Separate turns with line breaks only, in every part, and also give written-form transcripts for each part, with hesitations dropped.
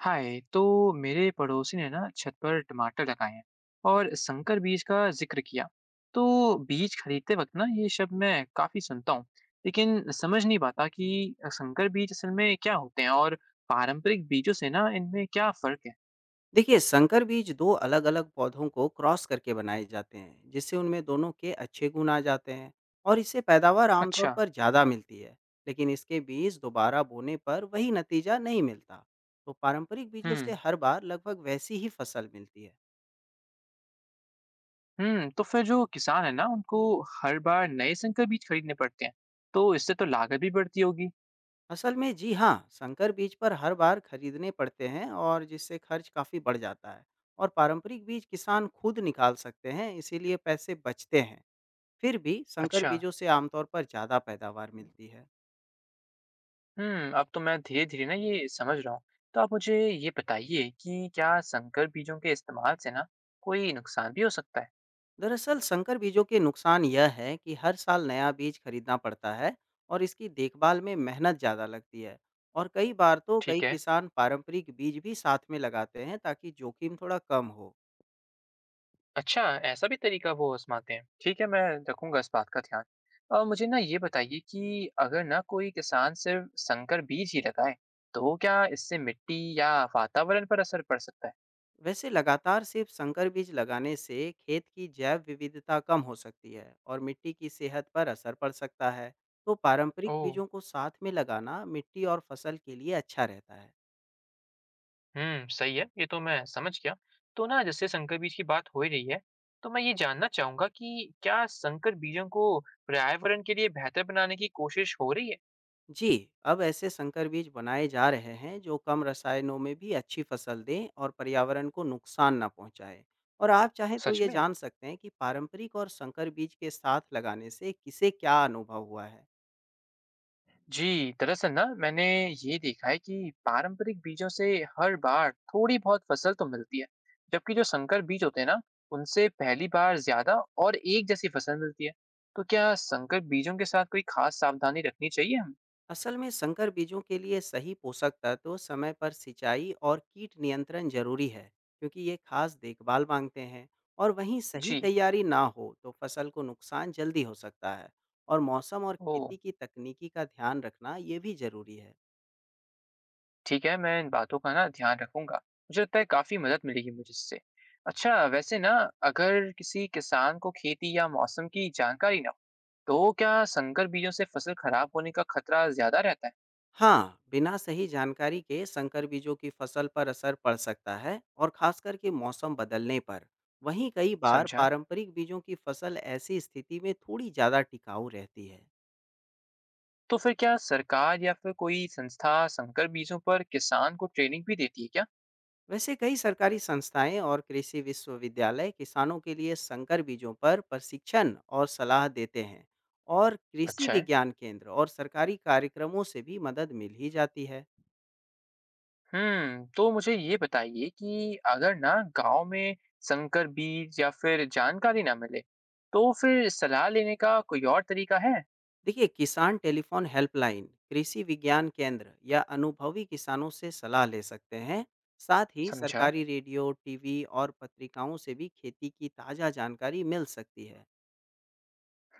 हाय। तो मेरे पड़ोसी ने ना छत पर टमाटर लगाए हैं और संकर बीज का जिक्र किया। तो बीज खरीदते वक्त ना ये शब्द मैं काफी सुनता हूँ, लेकिन समझ नहीं पाता कि संकर बीज असल में क्या होते हैं और पारंपरिक बीजों से ना इनमें क्या फर्क है।
देखिए, संकर बीज दो अलग अलग पौधों को क्रॉस करके बनाए जाते हैं जिससे उनमें दोनों के अच्छे गुण आ जाते हैं। और इससे पैदावार आमतौर
अच्छा।
पर ज़्यादा मिलती है। लेकिन इसके बीज दोबारा बोने पर वही नतीजा नहीं मिलता। तो पारंपरिक बीजों से
हम्म।
हर बार लगभग वैसी ही फसल मिलती है।
तो फिर जो किसान है ना उनको हर बार नए संकर बीज खरीदने पड़ते हैं, तो इससे तो लागत भी बढ़ती होगी।
असल में जी हाँ, संकर बीज पर हर बार खरीदने पड़ते हैं और जिससे खर्च काफ़ी बढ़ जाता है। और पारंपरिक बीज किसान खुद निकाल सकते हैं, इसीलिए पैसे बचते हैं। फिर भी संकर
अच्छा।
बीजों से आमतौर पर ज़्यादा पैदावार मिलती है।
अब तो मैं धीरे-धीरे ना ये समझ रहा हूँ। तो आप मुझे ये बताइए कि क्या संकर बीजों के इस्तेमाल से ना कोई नुकसान भी हो सकता है?
दरअसल संकर बीजों के नुकसान यह है कि हर साल नया बीज खरीदना पड़ता है और इसकी देखभाल में मेहनत ज़्यादा लगती है। और कई बार तो
ठीक
कई
है।
किसान पारंपरिक बीज भी साथ में लगाते हैं ताकि जोखिम थोड़ा कम हो।
अच्छा, ऐसा भी तरीका वो आज़माते हैं। ठीक है, मैं रखूँगा इस बात का ध्यान। मुझे ना ये बताइए कि अगर ना कोई किसान सिर्फ़ संकर बीज ही लगाए, तो क्या इससे मिट्टी या वातावरण पर असर पड़ सकता है?
वैसे लगातार सिर्फ संकर बीज लगाने से खेत की जैव विविधता कम हो सकती है और मिट्टी की सेहत पर असर पड़ सकता है। तो पारंपरिक
ओह!
बीजों को साथ में लगाना मिट्टी और फसल के लिए अच्छा रहता है।
सही है, ये तो मैं समझ गया। तो ना जैसे संकर बीज की बात हो ही रही है, तो मैं ये जानना चाहूँगा कि क्या संकर बीजों को पर्यावरण के लिए बेहतर बनाने की कोशिश हो रही है?
जी, अब ऐसे संकर बीज बनाए जा रहे हैं जो कम रसायनों में भी अच्छी फसल दें और पर्यावरण को नुकसान ना पहुंचाए। और आप चाहें तो
सच
ये
में?
जान सकते हैं कि पारंपरिक और संकर बीज के साथ लगाने से किसे क्या अनुभव हुआ है।
जी, दरअसल ना मैंने ये देखा है कि पारंपरिक बीजों से हर बार थोड़ी बहुत फसल तो मिलती है, जबकि जो संकर बीज होते हैं ना, उनसे पहली बार ज़्यादा और एक जैसी फसल मिलती है। तो क्या संकर बीजों के साथ कोई खास सावधानी रखनी चाहिए हमें?
असल में संकर बीजों के लिए सही पोषक तत्व, समय पर सिंचाई और कीट नियंत्रण जरूरी है, क्योंकि ये खास देखभाल मांगते हैं। और वहीं सही
जी।
तैयारी ना हो तो फसल को नुकसान जल्दी हो सकता है। और मौसम और
ओह!
खेती की तकनीकी का ध्यान रखना ये भी जरूरी है।
ठीक है, मैं इन बातों का ना ध्यान रखूँगा। मुझे लगता है काफ़ी मदद मिलेगी मुझे इससे। अच्छा, वैसे ना अगर किसी किसान को खेती या मौसम की जानकारी ना हो, तो क्या संकर बीजों से फसल खराब होने का खतरा ज़्यादा रहता है?
हाँ, बिना सही जानकारी के संकर बीजों की फसल पर असर पड़ सकता है, और खासकर के मौसम बदलने पर। वहीं कई बार
समझा।
पारंपरिक बीजों की फसल ऐसी स्थिति में थोड़ी ज़्यादा टिकाऊ रहती है।
तो फिर क्या सरकार या फिर कोई संस्था संकर बीजों पर किसान को ट्रेनिंग भी देती है क्या?
वैसे कई सरकारी संस्थाएं और कृषि विश्वविद्यालय किसानों के लिए संकर बीजों पर प्रशिक्षण और सलाह देते हैं। और कृषि
अच्छा है।
विज्ञान केंद्र और सरकारी कार्यक्रमों से भी मदद मिल ही जाती है।
तो मुझे ये बताइए कि अगर ना गाँव में संकर बीज या फिर जानकारी ना मिले, तो फिर सलाह लेने का कोई और तरीका है?
देखिए, किसान टेलीफोन हेल्पलाइन, कृषि विज्ञान केंद्र या अनुभवी किसानों से सलाह ले सकते हैं। साथ ही
समझा।
सरकारी रेडियो, टीवी और पत्रिकाओं से भी खेती की ताज़ा जानकारी मिल सकती है।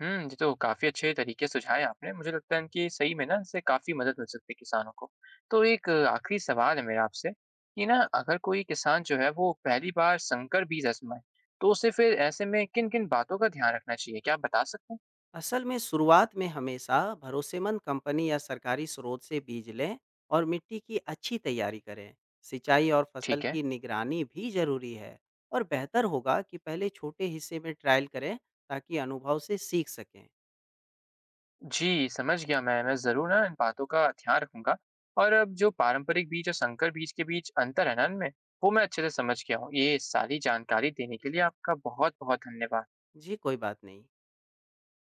ये तो काफ़ी अच्छे तरीके सुझाए आपने। मुझे लगता है कि सही में ना इससे काफ़ी मदद मिल सकती है किसानों को। तो एक आखिरी सवाल है मेरा आपसे कि ना अगर कोई किसान जो है वो पहली बार संकर बीज आज़माए, तो उसे फिर ऐसे में किन-किन बातों का ध्यान रखना चाहिए? क्या आप बता सकते हैं?
असल में शुरुआत में हमेशा भरोसेमंद कंपनी या सरकारी स्रोत से बीज लें और मिट्टी की अच्छी तैयारी करें। सिंचाई और फसल
ठीक है।
की निगरानी भी जरूरी है। और बेहतर होगा कि पहले छोटे हिस्से में ट्रायल करें ताकि अनुभव से सीख सकें।
जी, समझ गया मैं। मैं ज़रूर ना इन बातों का ध्यान रखूँगा और अब जो पारंपरिक बीज और संकर बीज के बीच अंतर है ना इनमें, वो मैं अच्छे से समझ गया हूँ। ये सारी जानकारी देने के लिए आपका बहुत-बहुत धन्यवाद।
जी, कोई बात नहीं।